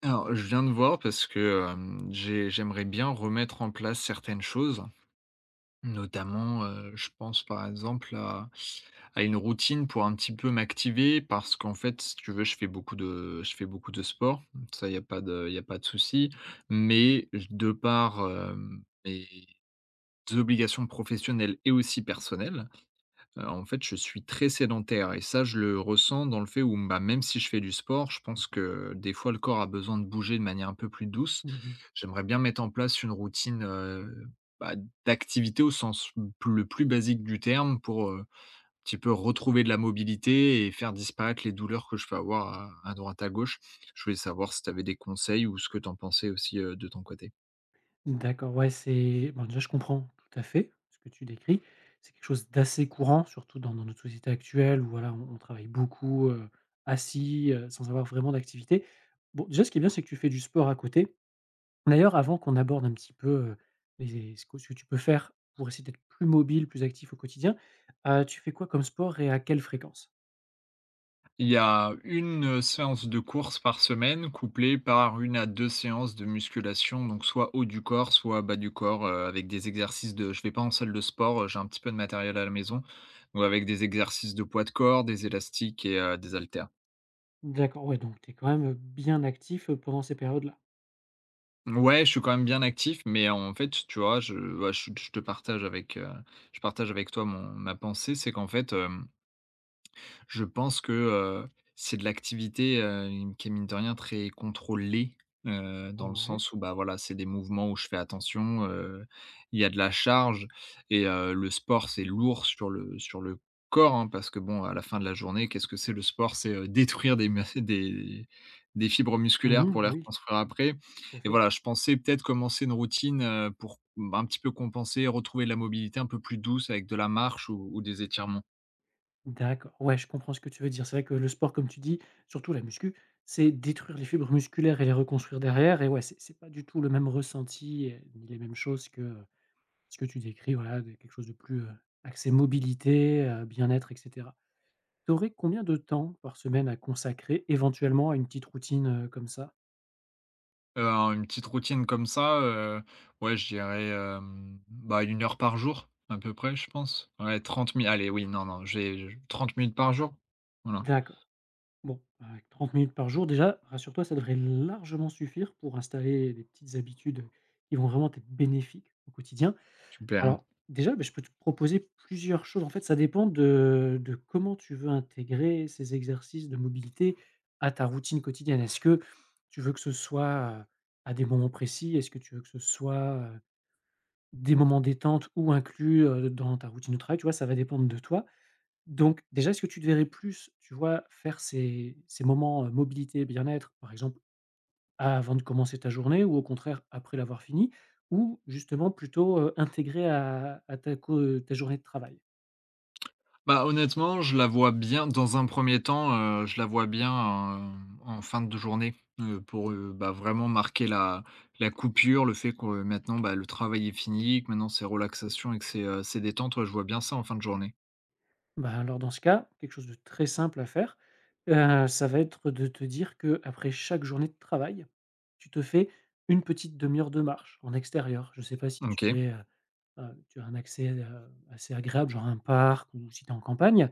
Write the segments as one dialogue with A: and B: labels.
A: Alors, je viens de voir parce que, j'aimerais bien remettre en place certaines choses, notamment, je pense par exemple à une routine pour un petit peu m'activer parce qu'en fait, si tu veux, je fais beaucoup de sport, ça il y a pas de y a pas de souci, mais je de par, mes obligations professionnelles et aussi personnelles. En fait, je suis très sédentaire et ça, je le ressens dans le fait où, bah, même si je fais du sport, je pense que des fois le corps a besoin de bouger de manière un peu plus douce.
B: Mmh.
A: J'aimerais bien mettre en place une routine, bah, d'activité au sens p le plus basique du terme pour, un petit peu retrouver de la mobilité et faire disparaître les douleurs que je peux avoir à droite à gauche. Je voulais savoir si tu avais des conseils ou ce que tu en pensais aussi, de ton côté?
B: D'accord, ouais, c'est bon, déjà, je comprends tout à fait ce que tu décris. C'est quelque chose d'assez courant, surtout dans notre société actuelle où, voilà, on travaille beaucoup, assis, sans avoir vraiment d'activité. Bon, déjà, ce qui est bien, c'est que tu fais du sport à côté. D'ailleurs, avant qu'on aborde un petit peu, les ce que tu peux faire pour essayer d'être plus mobile, plus actif au quotidien, tu fais quoi comme sport et à quelle fréquence?
A: Il y a une séance de course par semaine, couplée par une à 2 séances de musculation, donc soit haut du corps, soit bas du corps, avec des exercices de je vais pas en salle de sport, j'ai un petit peu de matériel à la maison, donc avec des exercices de poids de corps, des élastiques et des haltères.
B: D'accord, ouais, donc tu es quand même, bien actif, pendant ces périodes-là?
A: Ouais, je suis quand même bien actif, mais en fait, tu vois, je bah, je te partage avec, je partage avec toi mon ma pensée, c'est qu'en fait, hem je pense que, c'est de l'activité, qui est mine de rien très contrôlée, dans le
B: Ouais.
A: sens où, bah, voilà, c'est des mouvements où je fais attention, il y a de la charge et le sport, c'est lourd sur le corps, hein, parce que bon, à la fin de la journée, qu'est-ce que c'est le sport? C'est, détruire des mus des fibres musculaires
B: Mmh.
A: pour les
B: Bah, oui,
A: reconstruire après
B: tout à
A: et
B: fait.
A: voilà, je pensais peut-être commencer une routine, pour, bah, un petit peu compenser, retrouver de la mobilité un peu plus douce avec de la marche ou des étirements.
B: D'accord, ouais, je comprends ce que tu veux dire. C'est vrai que le sport, comme tu dis, surtout la muscu, c'est détruire les fibres musculaires et les reconstruire derrière. Et ouais, c'est pas du tout le même ressenti, et ni les mêmes choses que, ce que tu décris, voilà, de quelque chose de plus, axé mobilité, bien-être, et cetera. Tu aurais combien de temps par semaine à consacrer éventuellement à une petite routine, comme ça?
A: Heu, une petite routine comme ça, ouais, je dirais, bah, une heure par jour à peu près, je pense. Ouais, 30 minutes allez, oui, non, non, j'ai je 30 minutes par jour. Voilà,
B: D'accord. Bon, avec 30 minutes par jour, déjà, rassure-toi, ça devrait largement suffire pour installer des petites habitudes qui vont vraiment être bénéfiques au quotidien.
A: super.
B: Alors, déjà, beh, je peux te proposer plusieurs choses. En fait, ça dépend de comment tu veux intégrer ces exercices de mobilité à ta routine quotidienne. Est-ce que tu veux que ce soit, à des moments précis? Est-ce que tu veux que ce soit, des moments détente ou inclus, dans ta routine de travail? Tu vois, ça va dépendre de toi. Donc déjà, est-ce que tu te plus, tu vois, faire ces moments, mobilité, bien-être, par exemple avant de commencer ta journée ou au contraire après l'avoir finie? Ou justement plutôt, intégré à ta co ta journée de travail?
A: Bah, honnêtement, je la vois bien dans un premier temps, je la vois bien, hem, en fin de journée, pour, bah, vraiment marquer la coupure, le fait que maintenant, bah, le travail est fini, que maintenant c'est relaxation et que c'est détente. Ouais, je vois bien ça en fin de journée.
B: Bah, alors dans ce cas, quelque chose de très simple à faire, ça va être de te dire que après chaque journée de travail, tu te fais une petite demi heure de marche en extérieur. Je ne sais pas si tu
A: OK,
B: es, tu as un accès, assez agréable, genre un parc ou si tu es en campagne.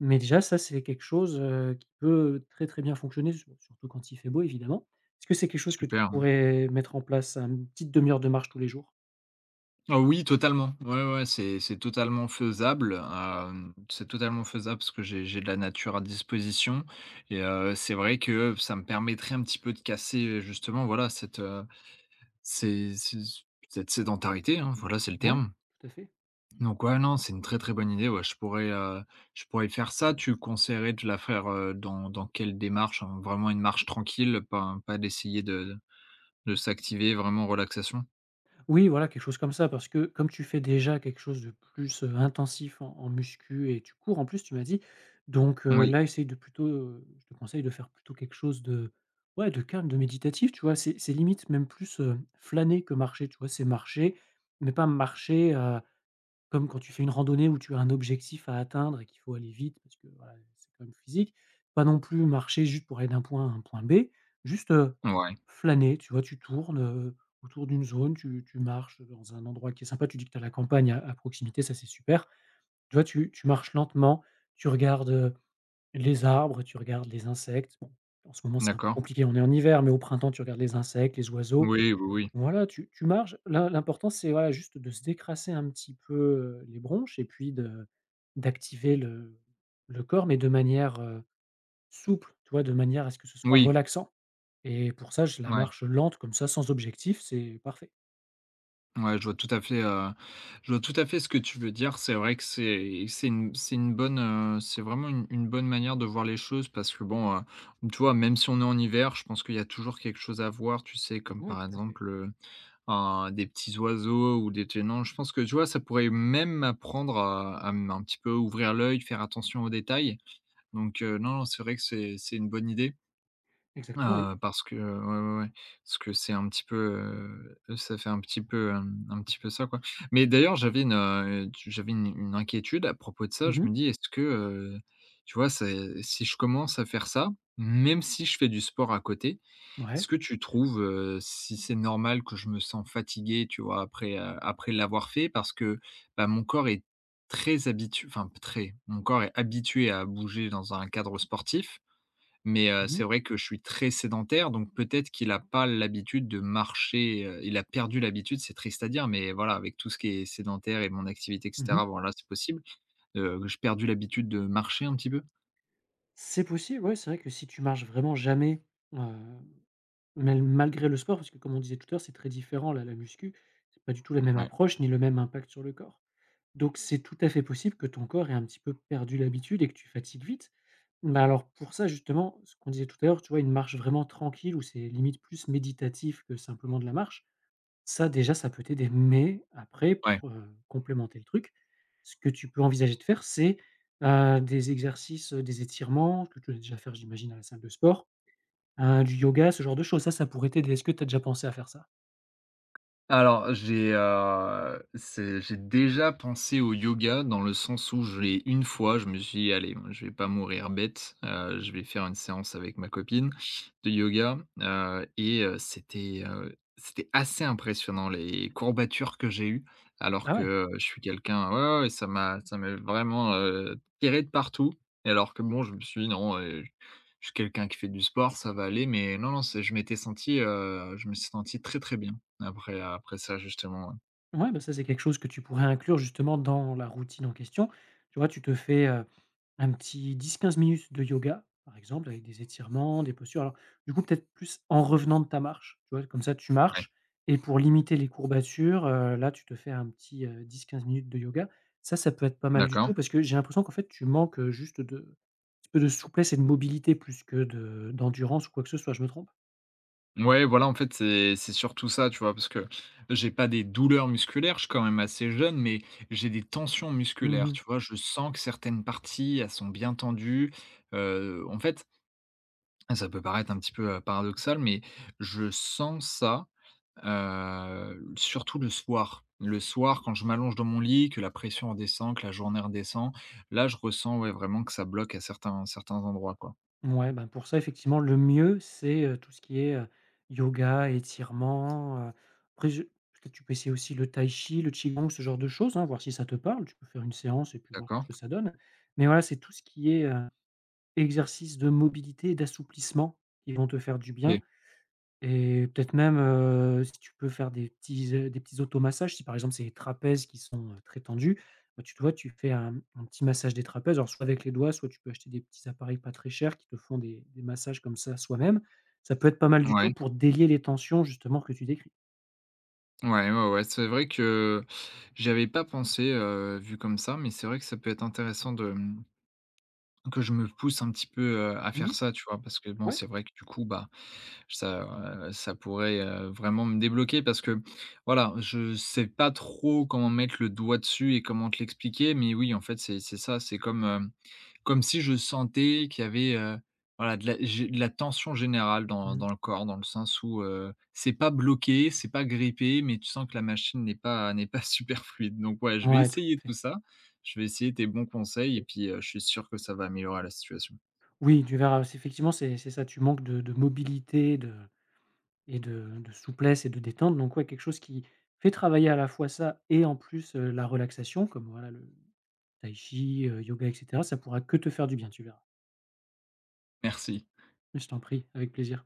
B: Mais déjà ça, c'est quelque chose, qui peut très, très bien fonctionner, sur surtout quand il fait beau évidemment. Est-ce que c'est quelque chose que tu
A: super.
B: pourrais mettre en place, hein, une petite demi heure de marche tous les jours?
A: Ah oui, totalement. Ouais, ouais, c'est totalement faisable, parce que j'ai de la nature à disposition et c'est vrai que ça me permettrait un petit peu de casser, justement, voilà, cette, ces ces cette sédentarité, hein, voilà, c'est le
B: Ouais.
A: terme.
B: Tout à fait.
A: Donc ouais, non, c'est une très, très bonne idée, ouais, je pourrais faire ça. Tu conseillerais de la faire, dans quelle démarche? En vraiment une marche tranquille, pas d'essayer de s'activer, vraiment relaxation?
B: Oui, voilà, quelque chose comme ça, parce que comme tu fais déjà quelque chose de plus, intensif en muscu et tu cours en plus, tu m'as dit, donc
A: Oui,
B: là, essaye de plutôt, je te conseille de faire plutôt quelque chose de, ouais, de calme, de méditatif, tu vois? C'est limite même plus, flâner que marcher, tu vois? C'est marcher, mais pas marcher, comme quand tu fais une randonnée où tu as un objectif à atteindre et qu'il faut aller vite parce que, voilà, c'est quand même physique. Pas non plus marcher juste pour aller d'un point A à un point B, juste,
A: ouais,
B: flâner, tu vois? Tu tournes, autour d'une zone, tu marches dans un endroit qui est sympa. Tu dis que tu as la campagne à proximité, ça, c'est super. Tu vois? Tu marches lentement, tu regardes, les arbres, tu regardes les insectes. Bon, en ce moment, c'est un peu
A: d'accord.
B: compliqué, on est en hiver, mais au printemps, tu regardes les insectes, les oiseaux.
A: Oui, oui, oui.
B: Voilà, tu marches. L'im l'important, c'est, voilà, juste de se décrasser un petit peu, les bronches et puis de d'activer le corps, mais de manière, souple, tu vois? De manière à ce que ce soit
A: Oui.
B: relaxant et pour ça, je la
A: Ouais,
B: marche lente comme ça, sans objectif, c'est parfait.
A: ouais, je vois tout à fait, je vois tout à fait ce que tu veux dire. C'est vrai que c'est une bonne, c'est vraiment une bonne manière de voir les choses parce que bon, tu vois, même si on est en hiver, je pense qu'il y a toujours quelque chose à voir, tu sais? Comme
B: Ouais,
A: par
B: tout à fait.
A: exemple, un des petits oiseaux ou des tenants. Je pense que, tu vois, ça pourrait même m'apprendre à m un petit peu ouvrir l'œil, faire attention aux détails. Donc, non, non, c'est vrai que c'est une bonne idée.
B: Exactement, oui.
A: Parce que, ouais, ouais, ouais, parce que c'est un petit peu, ça fait un petit peu, un petit peu ça, quoi. Mais d'ailleurs, j'avais une inquiétude à propos de ça. Je
B: Mmh.
A: me dis: «Est-ce que, tu vois, c'est si je commence à faire ça, même si je fais du sport à côté, est-ce
B: Ouais.
A: que tu trouves, si c'est normal que je me sens fatigué, tu vois, après, après l'avoir fait?» Parce que, bah, mon corps est très habitué, enfin, très, mon corps est habitué à bouger dans un cadre sportif mais
B: Mmh
A: c'est
B: mh.
A: vrai que je suis très sédentaire, donc peut-être qu'il a pas l'habitude de marcher, il a perdu l'habitude, c'est triste à dire, mais voilà, avec tout ce qui est sédentaire et mon activité et
B: Mmh.
A: cetera, bon c'est possible. J'ai perdu l'habitude de marcher un petit peu.
B: C'est possible, ouais, c'est vrai que si tu marches vraiment jamais, heu Mal malgré le sport, parce que comme on disait tout à l'heure, c'est très différent là, la muscu, c'est pas du tout la même
A: Ouais,
B: approche ni le même impact sur le corps. Donc c'est tout à fait possible que ton corps ait un petit peu perdu l'habitude et que tu fatigues vite. Mais alors pour ça justement, ce qu'on disait tout à l'heure, tu vois, une marche vraiment tranquille où c'est limite plus méditatif que simplement de la marche, ça déjà ça peut t'aider. Mais après
A: ouais.
B: pour, complémenter le truc, ce que tu peux envisager de faire, c'est, des exercices, des étirements que tu dois déjà faire j'imagine à la salle de sport. Du yoga, ce genre de choses, ça pourrait t'aider. Est-ce que tu as déjà pensé à faire ça?
A: Alors, j'ai déjà pensé au yoga dans le sens où j'ai une fois, je me suis dit: «Allez, moi, je vais pas mourir bête, je vais faire une séance avec ma copine de yoga», et c'était, c'était assez impressionnant les courbatures que j'ai eues, alors
B: Ah
A: que,
B: ouais?
A: je suis quelqu'un ouais, ouais, ouais, ça m'a vraiment, tiré de partout et alors que bon, je me suis dit: «Non, je suis quelqu'un qui fait du sport, ça va aller», mais non, non, c'est je me suis senti très, très bien. Après, après ça justement, ouais.
B: Ouais, bah, ça, c'est quelque chose que tu pourrais inclure justement dans la routine en question. Tu vois, tu te fais, un petit 10-15 minutes de yoga, par exemple, avec des étirements, des postures. Alors, du coup, peut-être plus en revenant de ta marche, tu vois? Comme ça, tu
A: Ouais,
B: marches et pour limiter les courbatures, là, tu te fais un petit, 10-15 minutes de yoga. Ça peut être pas mal du
A: d'accord.
B: tout parce que j'ai l'impression qu'en fait, tu manques, juste de un petit peu de souplesse et de mobilité plus que de d'endurance ou quoi que ce soit. Je me trompe?
A: Ouais, voilà, en fait, c'est surtout ça, tu vois? Parce que j'ai pas des douleurs musculaires, je suis quand même assez jeune, mais j'ai des tensions
B: Mmh
A: musculaires,
B: mh.
A: tu vois? Je sens que certaines parties, elles sont bien tendues. En fait, ça peut paraître un petit peu, paradoxal, mais je sens ça, surtout le soir. Le soir, quand je m'allonge dans mon lit, que la pression redescend, que la journée redescend, là, je ressens, ouais, vraiment que ça bloque à certains endroits, quoi.
B: Ouais, ben, pour ça, effectivement, le mieux, c'est, tout ce qui est, yoga, étirements, après je peut-être tu peux essayer aussi le tai chi, le qigong, ce genre de choses, hein, voir si ça te parle. Tu peux faire une séance et puis voir ce
A: D'accord.
B: que ça donne. Mais voilà, c'est tout ce qui est, exercice de mobilité et d'assouplissement qui vont te faire du bien.
A: OK.
B: Et peut-être même, si tu peux faire des petits automassages, si par exemple c'est les trapèzes qui sont, très tendus, bah, tu vois, tu fais un petit massage des trapèzes, alors soit avec les doigts, soit tu peux acheter des petits appareils pas très chers qui te font des massages comme ça soi-même. Ça peut être pas mal du tout
A: Ouais.
B: pour délier les tensions justement que tu décris.
A: Ouais, ouais, ouais, c'est vrai que j'avais pas pensé, vu comme ça, mais c'est vrai que ça peut être intéressant de, mmh, que je me pousse un petit peu, à faire
B: Mmh.
A: ça, tu vois? Parce que bon,
B: Ouais.
A: c'est vrai que du coup, bah, ça, ça pourrait, vraiment me débloquer parce que, voilà, je sais pas trop comment mettre le doigt dessus et comment te l'expliquer, mais oui, en fait, c'est ça, c'est comme, comme si je sentais qu'il y avait, voilà, de la tension générale dans
B: Mmh.
A: le corps, dans le sens où, c'est pas bloqué, c'est pas grippé, mais tu sens que la machine n'est pas super fluide. Donc ouais, je vais
B: Ouais, tout
A: essayer
B: à
A: tout
B: fait.
A: ça. Je vais essayer tes bons conseils et puis, je suis sûr que ça va améliorer la situation.
B: Oui, tu verras, c'est effectivement, c'est ça, tu manques de mobilité, de et de souplesse et de détente, donc ouais, quelque chose qui fait travailler à la fois ça et en plus, la relaxation comme voilà le Tai chi, yoga et cetera, ça pourra que te faire du bien, tu verras.
A: Merci.
B: Mais je t'en prie, avec plaisir.